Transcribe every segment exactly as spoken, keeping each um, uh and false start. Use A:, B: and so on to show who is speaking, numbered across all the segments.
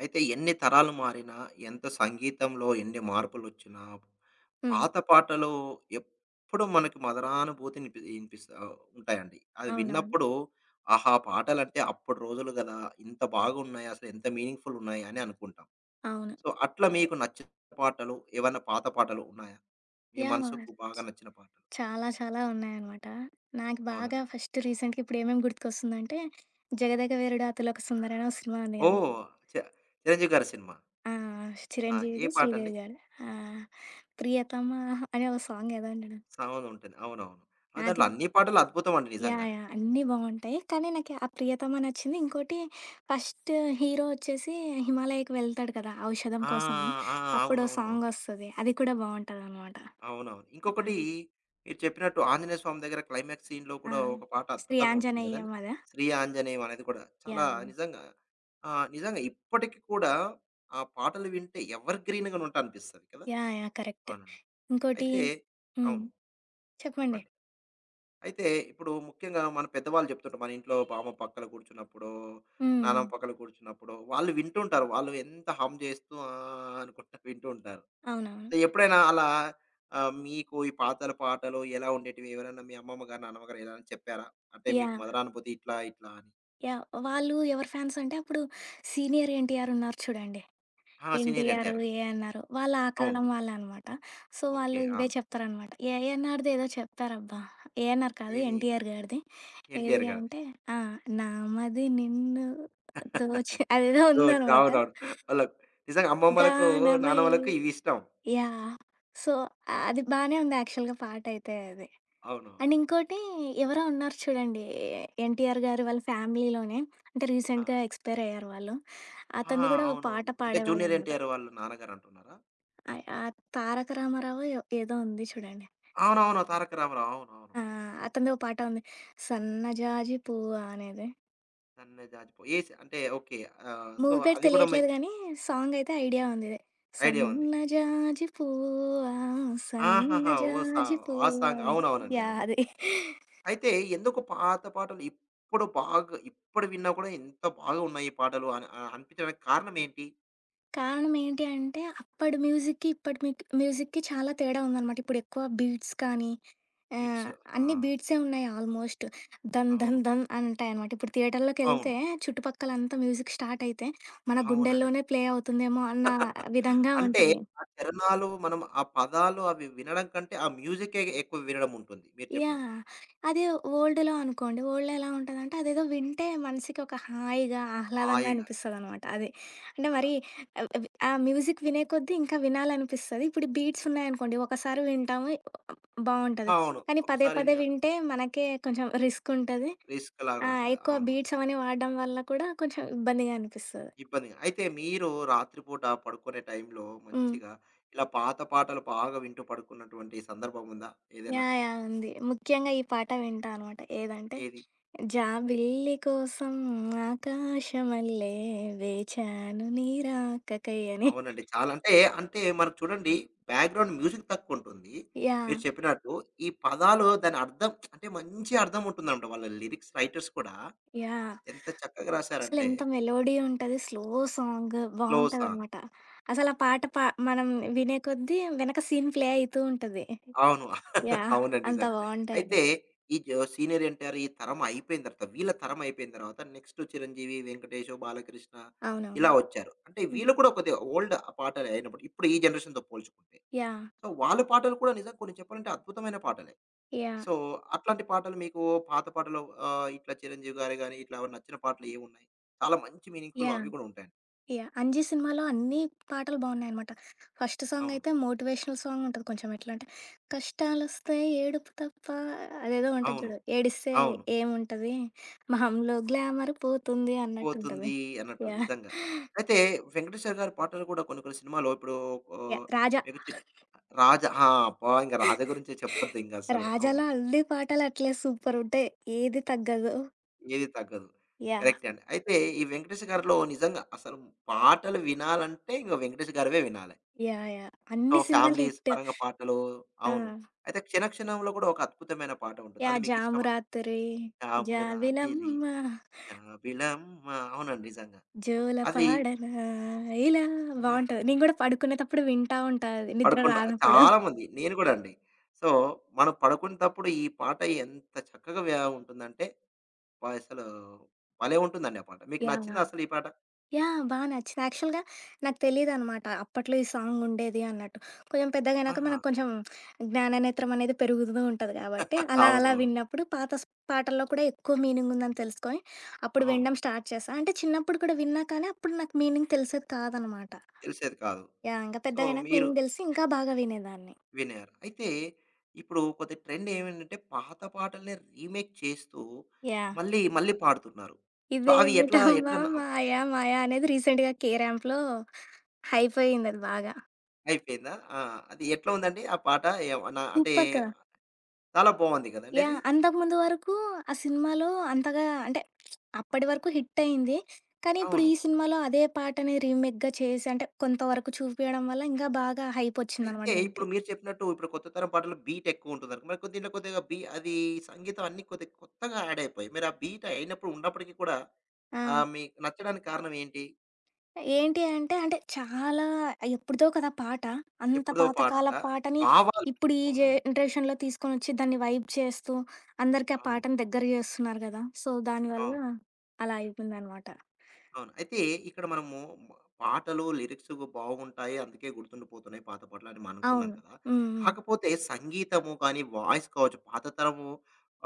A: అయితే ఎన్ని తరాలు మారినా, ఎంత సంగీతంలో ఎన్ని మార్పులొచ్చినా,
B: హ్మ్.
A: పాత పాటలు ఎప్పుడు మనకి మధురానుభూతినిపి ఇనిపిస్తా ఉంటాయండి. అది
B: అవునవును.
A: విన్నప్పుడు, ఆహా! పాటలంటే అప్పటి రోజులు గదా! ఇంత బాగున్నాయి, అసలు ఎంత మీనింగ్‌ఫుల్ ఉన్నాయి అని అనుకుంటాం.
B: అవును.
A: సో, అట్లా మీకు నచ్చిన పాటలు, ఏవన్నా పాత పాటలు ఉన్నాయా? మీ
B: యాహ్!
A: మనసుకు బాగా నచ్చిన పాటలు.
B: చాలా చాలా ఉన్నాయనమాట. నాకు
A: అవునా?
B: బాగా ఫస్ట్ రీసెంట్‌గా ఇప్పుడేమేమి గుర్తుకొస్తుందంటే 'జగదేకవీరుడు అతిలోక సుందరి' అని ఒక సినిమా ఉంది కదా!
A: ఓహ్! చ 'చిరంజీవి' గారి సినిమా.
B: ఆ!
A: ఆ! ఏ
B: చిరంజీవిది,
A: పాటండి?
B: శ్రీదేవిది ఆడ. ఆ! ప్రియతమ అనే ఒక సాంగ్ ఏదో ఉంటది.
A: సాంగ్ ఉంటుంది. అవునవును. ఆ!
B: అది.
A: దాంట్లో అన్ని పాటలు అద్భుతం అండి
B: యాహ్!
A: నిజంగా.
B: యాహ్! అన్నీ బావుంటాయి. కానీ నాకు ఆ 'ప్రియతమ' నచ్చింది. ఇంకోటి ఫస్ట్ హీరో వచ్చేసి హిమాలయకి వెళ్తాడు కదా! ఔషధం
A: ఆ!
B: కోసం.
A: ఆ!
B: అప్పుడో
A: అవునవునవును.
B: సాంగొస్తది. అది కూడా బావుంటదనమాట.
A: అవునవును. ఇంకొకటి మీరు చెప్పినట్టు ఆంజనేయ స్వామి దగ్గర క్లైమాక్స్ సీన్‌లో
B: ఆ!
A: కూడా ఒక పాట
B: 'శ్రీ
A: అద్భుతంగా ఉంటుంది కదండీ!
B: ఆంజనేయం' అదా?
A: 'శ్రీ ఆంజనేయం' అనేది కూడా చాలా
B: యాహ్! యాహ్!
A: నిజంగా ఆహ్, నిజంగా ఇప్పటికి కూడా ఆ పాటలు వింటే ఎవర్ గ్రీన్‌గా ఉంటా అనిపిస్తది కదా!
B: యాహ్! యాహ్! కరెక్ట్.
A: అవునండి.
B: ఇంకోటి
A: అయితే
B: హ్మ్.
A: అవును.
B: చెప్పండి.
A: చెప్పండి. అయితే ఇప్పుడు ముఖ్యంగా మన పెద్దవాళ్ళు చెప్తుంటారు. మన ఇంట్లో బామ్మ పక్కన కూర్చున్నప్పుడో,
B: హ్మ్. హ్మ్.
A: నానమ్మ పక్కన కూర్చున్నప్పుడో, వాళ్ళు వింటుంటారు. వాళ్ళు ఎంత హమ్ చేస్తూ ఆహ్, అనుకుంటా వింటూ ఉంటారు.
B: అవునవును.
A: ఎప్పుడైనా అలా ఆహ్, మీకు ఈ పాతల పాటలు ఎలా ఉండేటివి? ఎవరైనా మీ అమ్మమ్మ గారు, నాన్నమ్మ గారు ఏదైనా చెప్పారా? అంటే మీకు
B: యాహ్!
A: మధురానుభూతి ఇట్లా, ఇట్లా అని.
B: యాహ్! వాళ్ళు ఎవరు ఫ్యాన్స్ అంటే అప్పుడు సీనియర్ ఎన్టీఆర్ ఉన్నారు చూడండి.
A: ఆ! సీనియర్
B: ఎన్టీఆర్,
A: ఎన్‌టి‌ఆర్.
B: ఏఎన్నార్ వాళ్ళు ఆ
A: అవును.
B: కాలం వాళ్ళే అనమాట. So,
A: okay.
B: వాళ్ళు
A: ఆ!
B: ఇవే చెప్తారనమాట. ఏఎన్నార్‌ది ఏదో చెప్తారబ్బా! ఏఎన్నార్ కాదు
A: ఏది?
B: ఎన్టీఆర్ గారిది.
A: ఎన్‌టి‌ఆర్
B: ఏది
A: గారిది.
B: అంటే ఆ! నామది నిన్ను
A: ఓహ్!
B: దోచి అదేదో ఉందనమాట.
A: అవునవును. వాళ్ళకు నిజంగా అమ్మమ్మలకు,
B: గానమై
A: నానమ్మలకు ఇవి ఇష్టం.
B: యాహ్! సో, అది బానే ఉంది యాక్చువల్‌గా పాటయితే అది. అండ్
A: అవునవును.
B: ఇంకోటి ఎవరో ఉన్నారు చూడండి. ఎన్టీఆర్ గారి వాళ్ళ ఫ్యామిలీలోనే అంటే
A: ఆ!
B: రీసెంట్‌గా ఎక్స్‌పైర్ అయ్యారు వాళ్ళు.
A: ఆ!
B: అతనిది కూడా ఒక అవును. పాట
A: అవునవును. అంటే జూనియర్
B: పాడేవాళ్ళనమాట.
A: ఎన్‌టి‌ఆర్ వాళ్ళ నాన్నగారు అంటున్నారా?
B: ఆహ్, ఆహ్, 'తారక రామారావో' ఏ ఏదో ఉంది చూడండి.
A: అవునవును. 'తారక రామారావు' అవునవును.
B: ఆ! అతనిదో పాట ఉంది. 'సన్నజాజి పువ్వా' అనేది.
A: 'సన్నజాజి పూ' ఏ సి అంటే ఓకే. ఆహ్, సో
B: మూవీ పేరు
A: అది కూడా మీ
B: తెలియట్లేదు గానీ సాంగ్ అయితే ఐడియా ఉంది. ఇది
A: ఐడియా ఉంది.
B: సన్నజాజి పువ్వా
A: ఆహాహా! ఓ సా
B: సన్నజాజి
A: ఆ
B: పువ్వా
A: సాంగ్.
B: అని
A: అవునవునండి.
B: యాహ్!
A: అవును.
B: అది.
A: అయితే ఎందుకు పాత పాటలు ఇప్పుడు బాగా ఇప్పుడు విన్నా కూడా ఎంత బాగా ఉన్నాయి ఈ పాటలు అని ఆహ్, అనిపించడానికి కారణం ఏంటి?
B: కారణం ఏంటి అంటే, అప్పడి మ్యూజిక్‌కి, ఇప్పటి మిక్ మ్యూజిక్‌కి చాలా తేడా ఉందనమాట. ఇప్పుడు ఎక్కువ బీట్స్ కానీ,
A: బీట్స్.
B: ఆహ్,
A: ఆ!
B: అన్ని బీట్సే ఉన్నాయి ఆల్మోస్ట్. ధన్ ధన్
A: అవును.
B: ధన్ అంటాయనమాట. ఇప్పుడు
A: అవును.
B: థియేటర్‌లోకెళ్తే చుట్టుపక్కలంతా మ్యూజిక్ స్టార్ట్ అయితే, మన
A: అవునండి.
B: గుండెల్లోనే ప్లే అవుతుందేమో అన్న విధంగా
A: అంటే
B: ఉంటది.
A: ఆ చరణాలు మనం ఆ పదాలు అవి వినడం కంటే ఆ మ్యూజికే ఎక్కువ వినడం ఉంటుంది. మీరు
B: యాహ్!
A: చెప్పినట్టు.
B: అదే ఓల్డ్‌లో అనుకోండి. ఓల్డ్‌లో ఎలా ఉంటదంటే, అదేదో వింటే మనసుకి ఒక హాయిగా, ఆహ్లాదంగా
A: హాయిగా.
B: అనిపిస్తదనమాట. అదే. అంటే
A: అ
B: మరి ఆహ్, వ్ ఆ మ్యూజిక్ వినే కొద్దీ ఇంకా వినాలనిపిస్తది. ఇప్పుడు బీట్స్ ఉన్నాయనుకోండి, ఒకసారి వింటాము బావుంటది.
A: అవును.
B: కానీ పదే
A: ఒకసారి
B: పదే
A: న
B: వింటే మనకే కొంచెం రిస్క్ ఉంటది.
A: రిస్క్ లాగా
B: ఆ!
A: ఉంటది.
B: ఎక్కువ
A: అవును.
B: బీట్స్ అవన్నీ వాడడం వల్ల కూడా కొంచెం ఇబ్బందిగా అనిపిస్తది.
A: ఇబ్బందిగా. అయితే మీరు రాత్రిపూట పడుకునే టైంలో
B: హ్మ్.
A: మంచిగా ఇలా పాత పాటలు బాగా వింటూ పడుకున్నటువంటి సందర్భం ఉందా? ఏదైనా?
B: యాహ్! యాహ్! ఉంది. ముఖ్యంగా ఈ పాట వింటా అనమాట. ఏదంటే
A: ఏది?
B: జాబిల్లి కోసం ఆకాశమల్లే వేచాను నీ రాకకై అని.
A: అవునండి. చాలా అంటే, అంటే మనకు చూడండి బ్యాక్‌గ్రౌండ్ మ్యూజిక్ తక్కువుంటుంది. మీరు
B: యాహ్!
A: చెప్పినట్టు ఈ పదాలు దాని అర్థం అంటే మంచి అర్థం ఉంటుందంట. వాళ్ళ లిరిక్స్ రైటర్స్ కూడా
B: యాహ్!
A: ఎంత చక్కగా రాశారంటే
B: అసలెంత మెలోడీ ఉంటది. Slow song
A: slow song.
B: బావుంటదనమాట. అసల ఆ పాట పా మనం వినే కొద్దీ వెనక సీన్ ప్లే అయితూ ఉంటది.
A: అవును.
B: యాహ్!
A: అవునండి.
B: అంత
A: నిజంగా.
B: బావుంటాయవి.
A: అయితే ఈ జ సీనియర్ ఎన్టీఆర్ ఈ తరం అయిపోయిన తర్వాత, వీళ్ళ తరం అయిపోయిన తర్వాత నెక్స్ట్ చిరంజీవి, వెంకటేషు, బాలకృష్ణ ఇలా
B: అవునవును.
A: వచ్చారు. అంటే
B: హ్మ్.
A: వీళ్ళు కూడా కొద్దిగా ఓల్డ్ పాటలు అయినప్పుడు ఇప్పుడు ఈ జనరేషన్‌తో పోల్చుకుంటే.
B: యాహ్!
A: సో, వాళ్ళ పాటలు కూడా నిజంగా కొన్ని చెప్పాలంటే అద్భుతమైన పాటలే.
B: యాహ్!
A: సో, అట్లాంటి పాటలు మీకు పాత పాటలు ఆహ్, ఇట్లా చిరంజీవి గారివి గాని ఇట్లా నచ్చిన పాటలు ఏవున్నాయి? చాలా మంచి మీనింగ్‌ఫుల్
B: యాహ్!
A: అవి కూడా ఉంటాయండి.
B: యాహ్! 'అంజి' సినిమాలో అన్ని పాటలు బావున్నాయనమాట. ఫస్ట్
A: అవును.
B: సాంగయితే మోటివేషనల్ సాంగుంటది కొంచెం ఎట్లంటే, కష్టాలొస్తే ఏడుపు తప్ప అదేదో ఉంటది
A: అవును.
B: చూడు. ఏడిస్తే
A: అవును.
B: ఏముంటది, మొహంలో గ్లామర్ పోతుంది అన్నట్టుంటది.
A: పోతుంది అన్నట్టు
B: యాహ్!
A: నిజంగా. అయితే 'వెంకటేశ్వర' గారి పాటలు కూడా కొన్ని కొన్ని సినిమాలో ఇప్పుడు
B: యాహ్!
A: ఆహ్,
B: 'రాజా'
A: మీకు చి 'రాజా' ఆ! అబ్బా! ఇంక 'రాజా' గురించే చెప్పొద్దు ఇంకసలు. అవును.
B: 'రాజాలో' అన్ని పాటలు అట్లే సూపరుంటాయి. ఏది తగ్గదు.
A: ఏది తగ్గదు.
B: యాహ్!
A: కరెక్టే అండి. అయితే ఈ 'వెంకటేష్' గారిలో నిజంగా అసలు పాటలు వినాలంటే ఇంక 'వెంకటేష్' గారివే వినాలి.
B: యాహ్! యాహ్!
A: సో,
B: అన్ని సినిమాలు
A: ఫ్యామిలీస్
B: హిట్.
A: పరంగా పాటలు
B: ఆ!
A: అవును. అయితే 'క్షణ క్షణంలో' కూడా ఒక అద్భుతమైన పాట ఉంటుంది. అది
B: యాహ్! 'జాము
A: మీకిష్టమా?
B: రాత్రి',
A: జాబు రాతిరి
B: 'జాబిలమ్మ'
A: జాబిలమ్మ అవునండి నిజంగా.
B: జోల
A: అది
B: పాడనా ఇలా
A: ఇలా
B: బావుంటది. నేను గూడా పడుకునేటప్పుడు వింటా ఉంటా అది నిద్ర
A: పడుకుంటా.
B: రానప్పుడు.
A: చాలామంది. నేను గూడా అండి. సో, మనం పడుకునేటప్పుడు ఈ పాట ఎంత చక్కగా వ్య ఉంటుందంటే, అబ్బా! అసలు భలే ఉంటుందండి ఆ పాట. మీకు
B: యాహ్!
A: నచ్చిందా అసలు ఈ పాట?
B: యాహ్! బా నచ్చింది. యాక్చువల్‌గా నాకు తెలీదనమాట. అప్పట్లో ఈ సాంగ్ ఉండేది అన్నట్టు. కొంచెం పెద్దగయినాక
A: ఆహా!
B: మనకు కొంచెం జ్ఞాననేత్రం అనేది పెరుగుతూ ఉంటది కాబట్టి, అలా అలా
A: అవునవును.
B: విన్నప్పుడు పాత స్ పాటల్లో కూడా ఎక్కువ మీనింగ్ ఉందని తెలుసుకొని, అప్పుడు
A: అవును.
B: వినడం స్టార్ట్ చేశా. అంటే చిన్నప్పుడు కూడా విన్నా కానీ, అప్పుడు నాకు మీనింగ్ తెలిసేది కాదనమాట.
A: తెలిసేది కాదు.
B: యాహ్! ఇంక
A: సో,
B: పెద్దగయినాక
A: మీరు
B: మీనింగ్ తెలిసి ఇంకా బాగా వినేదాన్ని.
A: వినారు. అయితే ఇప్పుడు కొద్ది ట్రెండ్ ఏమేంటంటే, పాత పాటల్ని రీమేక్ చేస్తూ
B: యాహ్!
A: మళ్ళీ, మళ్ళీ పాడుతున్నారు. సో, అవి ఎట్లా,
B: ఇదేమిటమ్మా
A: ఎట్లా న
B: మాయ మాయ అనేది రీసెంట్‌గా 'కే ర్యాంప్‌లో' హైప్ అయిందది బాగా.
A: అయిపోయిందా? ఆ! అది ఎట్లా ఉందండి ఆ పాట? ఏమన్నా అంటే
B: సూపర్ కదా!
A: చాలా బావుంది గదండీ అది.
B: యాహ్! అంతకుముందు వరకు ఆ సినిమాలో అంతగా అంటే అప్పటి వరకు హిట్ అయింది. కానీ ఇప్పుడు
A: అవును.
B: ఈ సినిమాలో అదే పాటని రీమేక్‌గా చేసి అంటే కొంతవరకు చూపియడం వల్ల ఇంకా బాగా హైప్ వచ్చిందనమాట
A: అయితే ఇప్పుడు
B: దానికి.
A: మీరు చెప్పినట్టు ఇప్పుడు కొత్త తరం పాటలు బీట్ ఎక్కువుంటుందనుకో. మరి కొ దీంట్లో కొద్దిగా బీ అది సంగీతం అన్నీ కొద్దిగా కొత్తగా యాడ్ అయిపోయాయి. మరి ఆ బీట్ అయినప్పుడు ఉన్నప్పటికీ కూడా
B: ఆ!
A: ఆహ్, మీకు నచ్చడానికి కారణం ఏంటి?
B: ఏంటి అంటే, అంటే చాలా ఎప్పుడుదో కదా పాట. అంత
A: ఎప్పుడో పాట
B: పాతకాలపు పాటని
A: భావాలు
B: ఇప్పుడు ఈ
A: అవునండి.
B: జనరేషన్‌లో తీసుకొనొచ్చి దాన్ని వైబ్ చేస్తూ, అందరికి ఆ
A: అవును.
B: పాటని దగ్గర చేస్తున్నారు గదా! సో, దానివల్ల
A: అవును.
B: అలా అయిపోయిందనమాట.
A: అవును. అయితే ఇక్కడ మనము మ పాటలు, లిరిక్స్ బాగుంటాయి. అందుకే గుర్తుండిపోతున్నాయి పాత పాటలని మనం అనుకున్నాం
B: అవును.
A: కదా!
B: హ్మ్. హ్మ్.
A: కాకపోతే సంగీతము కానీ, వాయిస్ కావచ్చు పాత తరము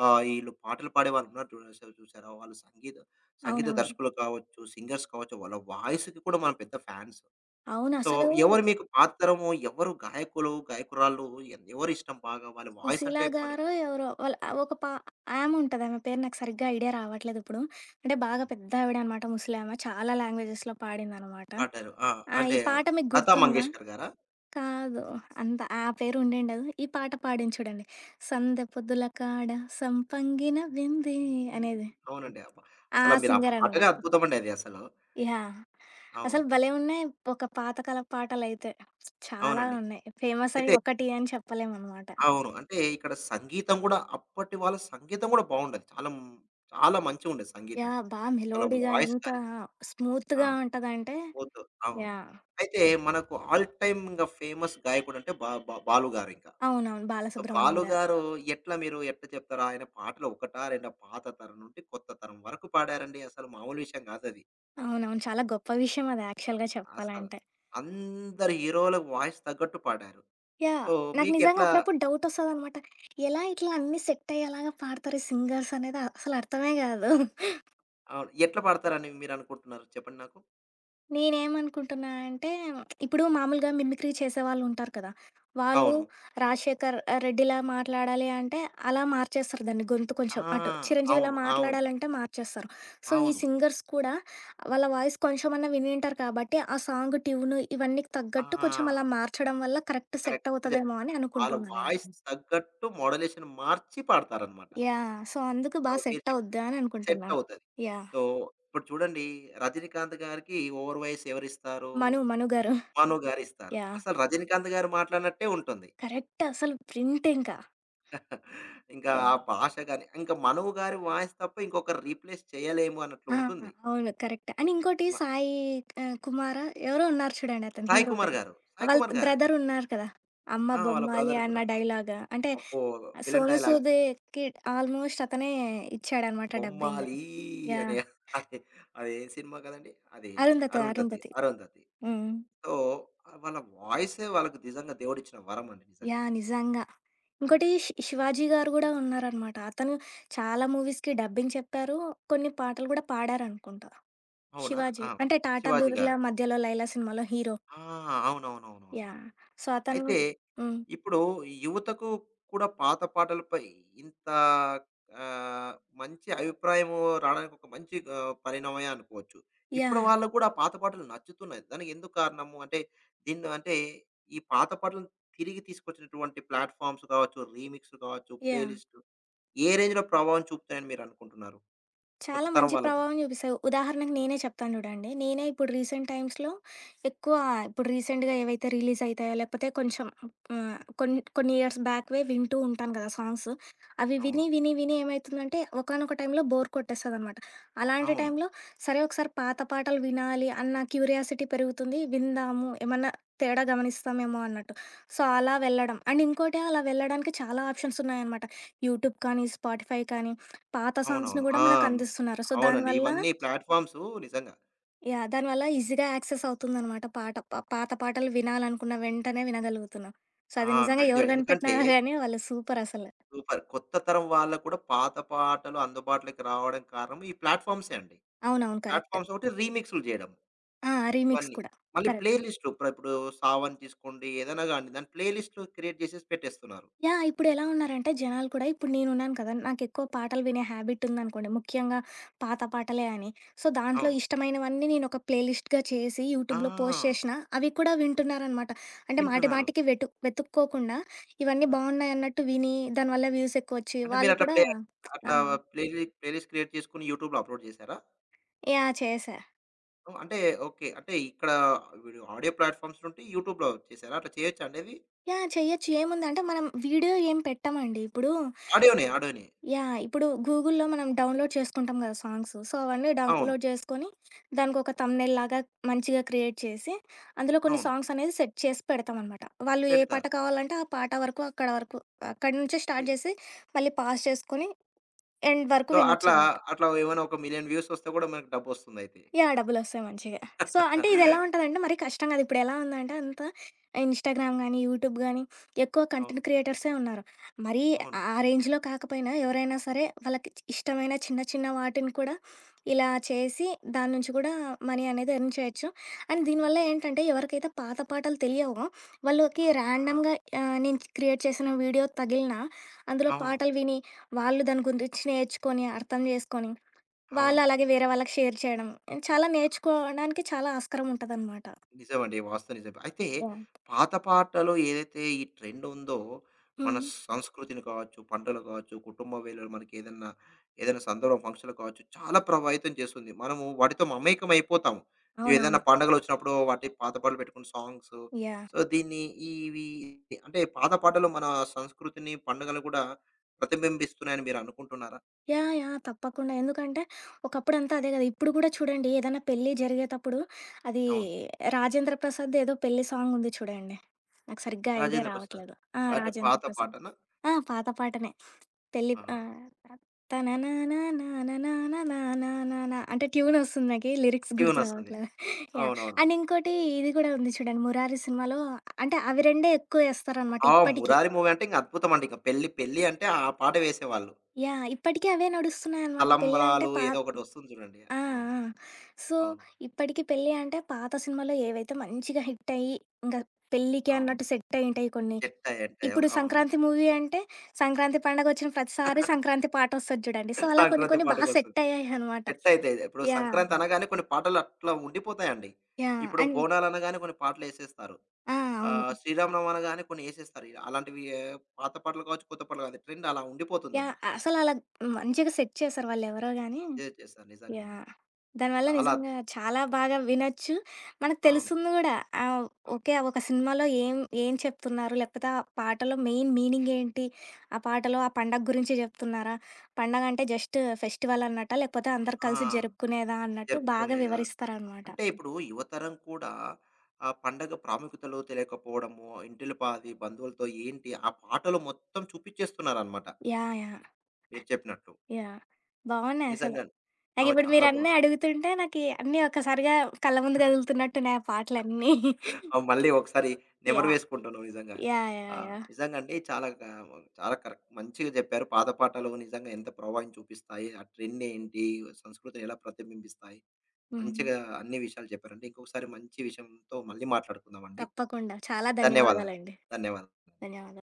A: ఆహ్, ఈళ్ళు పాటలు పాడేవాళ్ళు ఉన్నారు చూడస చూసారా? వాళ్ళు సంగీత సంగీత
B: అవునవును.
A: దర్శకులు కావచ్చు, సింగర్స్ కావచ్చు, వాళ్ళ వాయిస్‌కి కూడా మనం పెద్ద ఫ్యాన్స్.
B: అవును.
A: సో,
B: అసలు
A: ఎవరు మీకు పాత తరము ఎవరు గాయకులు, గాయకురాళ్ళు ఎన్ ఎవరిష్టం బాగా? వాళ్ళ వాయిస్
B: 'సుశీల'
A: అంటే పడి
B: గారో ఎవరో వాళ్ళ ఆ ఒక పా ఆముంటది. ఆమె పేరు నాకు సరిగ్గా ఐడియా రావట్లేదిప్పుడు. అంటే బాగా
A: హ్మ్.
B: పెద్దావిడ అనమాట ముసలామె. చాలా లాంగ్వేజెస్‌లో పాడిందనమాట.
A: పాడారు. ఆ!
B: ఆ! ఈ
A: అంటే
B: పాట మీకు
A: 'లతా
B: గుర్తుందా?
A: మంగేష్కర్' గారా?
B: కాదు. అంత ఆ పేరుండేండదు. ఈ పాట పాడాను చూడండి. సందె పొద్దుల కాడ సంపంగిన వింది అనేది.
A: అవునండి. ఆ! పా
B: ఆ
A: అసల మీరు ఆ పాటనే
B: సింగరనమాట.
A: అద్భుతమండి అది అసలు.
B: యాహ్!
A: అవును.
B: అసలు భలే ఉన్నాయి. ఒక పాతకాలపు పాటలైతే. చాలా
A: అవునండి.
B: ఉన్నాయి. ఫేమస్
A: అయితే
B: అయ్యి ఒకటి అని చెప్పలేమనమాట.
A: అవును. అంటే ఇక్కడ సంగీతం గూడా అప్పటి వాళ్ళ సంగీతం గూడా బావుండేది. చాలా హ్మ్, చాలా మంచిగుండేది సంగీతం.
B: యాహ్! బా
A: వాళ్ళ
B: మెలోడీగా
A: వాయిస్
B: ఎంత
A: గాని ఆ!
B: స్మూత్‌గా ఉంటదంటే
A: బోత్ అవును.
B: యాహ్!
A: అయితే మనకు ఆల్ టైమ్ ఇంగ ఫేమస్ గాయకుడంటే బా బా 'బాలు' గారింక.
B: అవునవును.
A: సో,
B: బాలసుబ్రహ్మణ్యం
A: 'బాలు'
B: గారు.
A: గారు ఎట్లా మీరు ఎట్లా చెప్తారు? ఆయన పాటలు ఒకటా? రెండా? పాత తరం నుండి కొత్త తరం వరకు పాడారండి. అసలు మామూలు విషయం గాదది.
B: అవునవును. చాలా గొప్ప విషయం అది యాక్చువల్‌గా
A: అసల.
B: చెప్పాలంటే.
A: అందరు హీరోలకు వాయిస్ తగ్గట్టు పాడారు.
B: యాహ్!
A: సో,
B: నాకు నిజంగా
A: మీకెట్లా
B: అప్పుడప్పుడు డౌటొస్తదనమాట. ఎలా ఇట్లా అన్నీ సెట్ అయ్యేలాగా పాడతారు ఈ సింగర్స్ అనేది అ- అసలు అర్థమే కాదు.
A: అవును. ఎట్లా పాడతారని మీరనుకుంటున్నారు చెప్పండి నాకు?
B: నేనేమనుకుంటున్నా అంటే ఇప్పుడు మామూలుగా మిమిక్రీ చేసేవాళ్ళుంటారు కదా! వాళ్ళు
A: అవును.
B: రాజశేఖర్ ఆహ్, రెడ్డిలా మాట్లాడాలి అంటే అలా మార్చేస్తారు దాన్ని గొంతు
A: ఆ!
B: కొంచెం అటు. చిరంజీవిలా
A: అవును. అవును.
B: మాట్లాడాలంటే మార్చేస్తారు. సో, ఈ
A: అవును.
B: సింగర్స్ కూడా వాళ్ళ వాయిస్ కొంచెమన్నా వినింటారు కాబట్టి ఆ సాంగ్ ట్యూను ఇవన్నీ
A: ఆ!
B: తగ్గట్టు కొంచెం అలా మార్చడం వల్ల కరెక్ట్ సెట్
A: కరెక్ట్
B: అవుతదేమో అని
A: చెప్పారండి. వాళ్ళ
B: అనుకుంటున్నా నేను.
A: వాయిస్ తగ్గట్టు మోడ్యులేషన్ మార్చి పాడతారనమాట.
B: యాహ్! సో, అందుకు
A: సో,
B: బా
A: మీరు
B: సెట్
A: చెప్పింది
B: అవుద్దా అని అనుకుంటున్నా.
A: సెట్ అవుతది.
B: యాహ్!
A: సో, ఇప్పుడు చూడండి 'రజనీకాంత్' గారికి ఓవర్ వాయిస్ ఎవరిస్తారు?
B: 'మను' 'మను' గారు.
A: 'మను' గారిస్తారు.
B: యాహ్!
A: అసలు 'రజనీకాంత్' గారు మాట్లాడినట్టే ఉంటుంది.
B: కరెక్ట్ అసలు ప్రింట్ ఇంకా.
A: ఇంకా ఆ
B: యాహ్!
A: భాష గాని, ఇంకా 'మనువు' గారి వాయిస్ తప్ప ఇంకొకరు రీప్లేస్ చేయలేము అన్నట్లు
B: ఆ!
A: ఉంటుంది.
B: అవును. కరెక్ట్. అండ్ ఇంకోటి
A: మ
B: 'సాయి ఆహ్, కుమారో' ఎవరో ఉన్నారు చూడండి అతను
A: 'సాయి
B: హీరో
A: కుమార్'
B: పేరు.
A: గారు. 'సాయి
B: వాళ్ళ
A: కుమార్' గారే.
B: బ్రదర్ ఉన్నారు కదా! 'అమ్మ
A: ఆ! వాళ్ళ
B: బొమ్మాలి'
A: బ్రదర్
B: అన్న
A: కూడా.
B: డైలాగ్ అంటే
A: అబ్బో! Villain
B: 'Sonu
A: dialogues.
B: సూద్‌కి' ఆల్మోస్ట్ అతనే ఇచ్చాడనమాట డబ్బింగ్.
A: 'బొమ్మాలి' అనే
B: యాహ్!
A: అది అది ఏ సినిమా కదండీ! అది
B: 'అరుంధతి'
A: 'అరుంధతి',
B: 'అరుంధతి.'
A: 'అరుంధతి.'
B: హ్మ్.
A: సో, వాళ్ళ వాయిసే వాళ్ళకి నిజంగా దేవుడిచ్చిన వరం అండి నిజంగా.
B: యాహ్! నిజంగా.
A: ఆ,
B: ఇంకోటి శి 'శివాజీ' గారు గూడా ఉన్నారనమాట. అతను చాలా మూవీస్‌కి డబ్బింగ్ చెప్పారు. కొన్ని పాటలు గూడా పాడారనుకుంటా.
A: అవునా? ఆ!
B: 'శివాజీ' అంటే 'టాటా
A: 'శివాజీ'
B: బిర్లా
A: గారు.
B: మధ్యలో లైలా' సినిమాలో హీరో.
A: ఆ!
B: యాహ్!
A: అవునవునవునవునవును.
B: సో, అతను
A: అయితే
B: హ్మ్.
A: ఇప్పుడు యువతకు కూడా పాత పాటలపై ఇంత ఆహ్, మంచి అభిప్రాయం రావడానికి ఒక మంచి ఆహ్, పరిణామమే అనుకోవచ్చు. ఇప్పుడు
B: యాహ్!
A: వాళ్ళకి కూడా ఆ పాత పాటలు నచ్చుతున్నాయి. దానికి ఎందుకు కారణము? అంటే దీన్ని అంటే ఈ పాత పాటలను తిరిగి తీసుకొచ్చినటువంటి ప్లాట్‌ఫార్మ్స్ కావచ్చు, రీమిక్స్ కావచ్చు, ప్లే
B: యాహ్!
A: లిస్ట్‌లు ఏ రేంజ్‌లో ప్రభావం చూపుతాయని మీరు అనుకుంటున్నారు? కొత్త
B: చాలా
A: తరం
B: మంచి
A: వాళ్ళకి కూడా.
B: ప్రభావం చూపిస్తాయి. ఉదాహరణకు నేనే చెప్తాను చూడండి. నేనే ఇప్పుడు రీసెంట్ టైమ్స్‌లో ఎక్కువ ఇప్పుడు రీసెంట్‌గా ఏవైతే రిలీజ్ అయితాయో లేకపోతే కొంచెం ఆహ్, కొన్ కొన్ని ఇయర్స్ బ్యాక్‌వే వింటూ ఉంటాను కదా సాంగ్స్. అవి
A: అవును.
B: విని, విని, విని ఏమైతుందంటే ఒకానొక టైంలో బోర్ కొట్టేస్తదనమాట. అలాంటి
A: అవును.
B: టైంలో సరే ఒకసారి పాత పాటలు వినాలి అన్న క్యూరియాసిటీ పెరుగుతుంది. విందాము ఏమన్నా తేడా గమనిస్తామేమో అన్నట్టు. సో, అలా వెళ్ళడం. అండ్ ఇంకోటి అలా వెళ్ళడానికి చాలా ఆప్షన్స్ ఉన్నాయనమాట. యూట్యూబ్ కానీ, స్పాటిఫై కానీ పాత సాంగ్స్‌ని
A: అవునవును.
B: గూడా
A: ఆ!
B: మనకందిస్తున్నారు. సో,
A: అవునండి.
B: దానివల్ల
A: ఇవన్నీ ప్లాట్‌ఫార్మ్స్ నిజంగా.
B: యాహ్! దానివల్ల ఈజీగా యాక్సెస్ అవుతుందనమాట పాట. ప పాత పాటలు వినాలనుకున్న వెంటనే వినగలుగుతున్నాం. సో,
A: ఆ!
B: అది నిజంగా
A: కరెక్ట్‌గా.
B: ఎవరు
A: ఎందుకంటే
B: కనిపెట్టినారో గానీ వాళ్ళు సూపరసల.
A: సూపర్. కొత్త తరం వాళ్ళకి కూడా పాత పాటలు అందుబాటులోకి రావడం కారణం ఈ ప్లాట్‌ఫార్మ్సే అండి.
B: అవునవును. కరెక్ట్.
A: ప్లాట్‌ఫార్మ్స్ ఒకటి రీమిక్స్‌లు జేయడం
B: ఆ! రీమిక్స్
A: ఇవన్నీ.
B: కూడా.
A: మళ్ళీ ప్లే
B: కరెక్ట్.
A: లిస్ట్‌లు ప్ర ఇప్పుడు 'సావన్' తీసుకోండి ఏదైనా గాండి దాని ప్లే లిస్ట్‌లు క్రియేట్ జేసేసి పెట్టేస్తున్నారు.
B: యాహ్! ఇప్పుడెలా ఉన్నారంటే జనాలు కూడా ఇప్పుడు నేనున్నాను కదా! నాకెక్కువ పాటలు వినే హ్యాబిట్ ఉందనుకోండి. ముఖ్యంగా పాత పాటలే అని. సో, దాంట్లో
A: అవును.
B: ఇష్టమైనవన్నీ నేనొక ప్లే లిస్ట్‌గా చేసి
A: ఆ!
B: యూట్యూబ్‌లో పోస్ట్ చేషినా అవి కూడా వింటున్నారనమాట. అంటే మాటి
A: వింటున్నారు.
B: మాటికి వెటు వెతుక్కోకుండా ఇవన్నీ
A: ఆ!
B: బావున్నాయన్నట్టు విని దానివల్ల వ్యూస్ ఎక్కువొచ్చి
A: అంటే
B: వాళ్ళు
A: మీరట్లా
B: కూడా
A: ప్లే
B: ఆ!
A: అట్లా ప్లే లి ప్లే లిస్ట్ క్రియేట్ చేసుకొని యూట్యూబ్‌లో అప్‌లోడ్ జేశారా?
B: యాహ్! చేశా.
A: ఓహ్! అంటే ఓకే. అంటే ఇక్కడ వీడియో ఆడియో ప్లాట్‌ఫార్మ్స్ నుంటి యూట్యూబ్‌లో చేశారా? అట్లా చేయొచ్చా అండి అది?
B: యాహ్! చెయ్యొచ్చు. ఏముందంటే మనం వీడియో ఏం పెట్టమండి. ఇప్పుడు
A: ఆడియోనే. ఆడియోనే.
B: యాహ్! ఇప్పుడు గూగుల్‌లో మనం డౌన్‌లోడ్ చేసుకుంటాం కదా సాంగ్స్. సో, అవన్నీ
A: అవును.
B: డౌన్‌లోడ్ చేసుకొని దానికొక థంబ్‌నెయిల్‌లాగా మంచిగా క్రియేట్ చేసి, అందులో కొన్ని
A: అవును.
B: సాంగ్స్ అనేది సెట్ చేసి పెడతామనమాట. వాళ్ళు ఏ పాట
A: పెడతారు.
B: కావాలంటే ఆ పాట వరకు అక్కడ వరకు అక్కడి నుంచే స్టార్ట్ చేసి మళ్ళీ పాజ్ చేసుకొని ఎండ్ వరకు
A: సో, అట్లా,
B: వినొచ్చనమాట.
A: అట్లా ఏమైనా ఒక పది లక్షల వ్యూస్ వస్తే కూడా మనకు డబ్బొస్తుందయితే.
B: యాహ్! డబ్బులొస్తాయి మంచిగా. సో, అంటే ఇదెలా ఉంటదంటే మరీ కష్టం కాదు. ఇప్పుడెలా ఉందంటే అంతా ఇన్‌స్టాగ్రామ్ గానీ, యూట్యూబ్ గానీ ఎక్కువ
A: అవును.
B: కంటెంట్ క్రియేటర్సే ఉన్నారు. మరీ
A: అవును.
B: ఆ రేంజ్‌లో కాకపోయినా ఎవరైనా సరే వాళ్ళకి ఇష్టమైన చిన్న చిన్న వాటిని కూడా ఇలా చేసి దాని నుంచి కూడా మనీ అనేది ఎర్న్ చేయొచ్చు. అండ్ దీనివల్ల ఏంటంటే ఎవరికైతే పాత పాటలు తెలియవో వాళ్ళకి
A: ఆ!
B: ర్యాండమ్‌గా ఆహ్, నేను క్రియేట్ చేసిన వీడియో తగిలినా అందులో
A: అవును.
B: పాటలు విని, వాళ్ళు దాని గురించి నేర్చుకొని, అర్థం చేసుకొని వాళ్ళు
A: అవును.
B: అలాగే వేరే వాళ్ళకి షేర్ చేయడం. చాలా నేర్చుకోవడానికి చాలా ఆస్కారం ఉంటదనమాట.
A: నిజమండి. వాస్తవం నిజమే. అయితే
B: యాహ్!
A: పాత పాటలు ఏదైతే ఈ ట్రెండ్ ఉందో, మన
B: హ్మ్.
A: సంస్కృతిని కావచ్చు, పంటలు కావచ్చు, కుటుంబ వేళలు మనకేదన్నా, ఏదైనా ఏదైనా సందర్భం ఫంక్షన్‌లు కావచ్చు, చాలా ప్రభావితం చేస్తుంది. మనము వాటితో మమేకం అయిపోతాము. ఏదైనా
B: అవునవును.
A: పండగలొచ్చినప్పుడు వాటి పాత పాటలు పెట్టుకున్న సాంగ్స్.
B: యాహ్!
A: సో, దీన్ని ఇవి అంటే పాత పాటలు మన సంస్కృతిని, పండుగలు కూడా ప్రతిబింబిస్తున్నాయని మీరనుకుంటున్నారా?
B: యాహ్! యాహ్! తప్పకుండా. ఎందుకంటే, ఒకప్పుడంతా అదే గదా! ఇప్పుడు గూడా చూడండి ఏదైనా పెళ్లి జరిగేతప్పుడు అది
A: అవును.
B: 'రాజేంద్ర ప్రసాద్‌ది' ఏదో పెళ్లి సాంగుంది చూడండి. నాకు సరిగ్గా ఐడియా
A: రాజేంద్ర ప్రసాద్.
B: రావట్లేదు. ఆ!
A: అంటే
B: 'రాజేంద్ర
A: పాత
B: ప్రసాద్'
A: పాటనా?
B: ఆ! పాత పాటనే. పెళ్లి
A: ఆ!
B: ఆహ్, తనననననననననననన అంటే ట్యూనొస్తుంది నాకి. లిరిక్స్ గుర్తు
A: ట్యూనొస్తుంది.
B: రావట్లేదు. యాహ్!
A: అవునవును.
B: అండ్ ఇంకోటి ఇది గూడా ఉంది చూడండి 'మురారి' సినిమాలో అంటే అవి రెండే ఎక్కువ ఏస్తారనమాట
A: ఆ!
B: ఇప్పటికి.
A: 'మురారి' మూవీ అంటే ఇంక అద్భుతం అండి. ఇంక పెళ్లి, పెళ్లి అంటే ఆ పాట వేసేవాళ్ళు.
B: యాహ్! ఇప్పటికి అవే నడుస్తున్నాయనమాట. పెళ్ళంటే
A: 'తలంబ్రాలు'
B: పా
A: ఏదో ఒకటొస్తుంది చూడండి.
B: ఆ!
A: అవును.
B: ఆ! సో,
A: అవును.
B: ఇప్పటికి పెళ్లి అంటే పాత సినిమాలో ఏవైతే మంచిగా హిట్ అయ్యి, ఇంకా పెళ్ళికి
A: అవును.
B: అన్నట్టు సెట్ అయ్యి ఉంటాయి కొన్ని.
A: జట్టా జట్టయో
B: ఇప్పుడు
A: అవును.
B: సంక్రాంతి మూవీ అంటే, సంక్రాంతి పండగ వచ్చిన ప్రతిసారి సంక్రాంతి పాట వస్తది చూడండి. సో, అలా కొన్ని
A: సంక్రాంతి
B: కొన్ని బాగా
A: పాటకొస్తుంది.
B: సెట్ అయ్యాయనమాట.
A: జట్టయితే ఇప్పుడు
B: యాహ్!
A: సంక్రాంతి అనగానే కొన్ని పాటలు అట్లా ఉండిపోతాయండి.
B: యాహ్!
A: ఇప్పుడు
B: అండ్
A: బోనాలు అనగానే కొన్ని పాటలేసేస్తారు.
B: ఆ! అవును.
A: ఆహ్, శ్రీరామనవమి అనగానే కొన్ని ఏసేస్తారు. అలాంటివి పాత పాటలు కావచ్చు, కొత్త పాటలు కావచ్చు ట్రెండ్ అలా
B: యాహ్!
A: ఉండిపోతుందండి.
B: అసలలా మంచిగా సెట్ చేశారు వాళ్ళెవరో గాని
A: చేసేస్తారు నిజంగా అండి.
B: యాహ్! దానివల్ల
A: చాలా
B: నిజంగా చాలా బాగా వినొచ్చు. మనకు
A: అవును.
B: తెలుస్తుంది గూడా. ఆహ్,
A: అవ్
B: ఓకే. ఒక సినిమాలో ఏం ఏం చెప్తున్నారు? లేకపోతే ఆ పాటలో మెయిన్ మీనింగ్ ఏంటి? ఆ పాటలో ఆ పండగ గురించి జెప్తున్నారా? పండగ అంటే జస్ట్ ఫెస్టివల్ అన్నట్టా? లేకపోతే అందరూ
A: ఆ!
B: కలిసి జరుపుకునేదా అన్నట్టు బాగా
A: జరుపుకునేదా?
B: వివరిస్తారనమాట.
A: అంటే ఇప్పుడు యువతరం కూడా ఆ పండగ ప్రాముఖ్యతలు తెలియకపోవడము, ఇంటిల పాది, బంధువులతో ఏంటి ఆ పాటలు మొత్తం చూపించేస్తున్నారనమాట.
B: యాహ్! యాహ్!
A: మీరు చెప్పినట్లు.
B: యాహ్! బావున్నాయి అసలు.
A: నిజంగానే. అవును.
B: నాకిప్పుడు
A: చాలా
B: మీరన్నీ
A: బావుంది.
B: అడుగుతుంటే నాకి అన్నీ ఒక్కసారిగా కళ్ళ ముందు కదులుతున్నట్టున్నాయి ఆ పాటలన్నీ.
A: ఆ! మళ్ళీ ఒకసారి నెమరు
B: యాహ్!
A: వేసుకుంటున్నాం నిజంగా.
B: యాహ్!
A: ఆ!
B: యాహ్! యాహ్!
A: నిజంగండి చాలా గా చాలా కరెక్ట్ మంచిగా చెప్పారు. పాత పాటలు నిజంగా ఎంత ప్రభావం చూపిస్తాయి? ఆ ట్రెండ్ ఏంటి? సంస్కృతిని ఎలా ప్రతిబింబిస్తాయి?
B: హ్మ్.
A: మంచిగా అన్ని విషయాలు చెప్పారండి. ఇంకొకసారి మంచి విషయంతో మళ్ళీ మాట్లాడుకుందామండి.
B: తప్పకుండా. చాలా
A: ధన్యవాదాలు.
B: ధన్యవాదాలండి.
A: ధన్యవాదాలు.
B: ధన్యవాదాలు.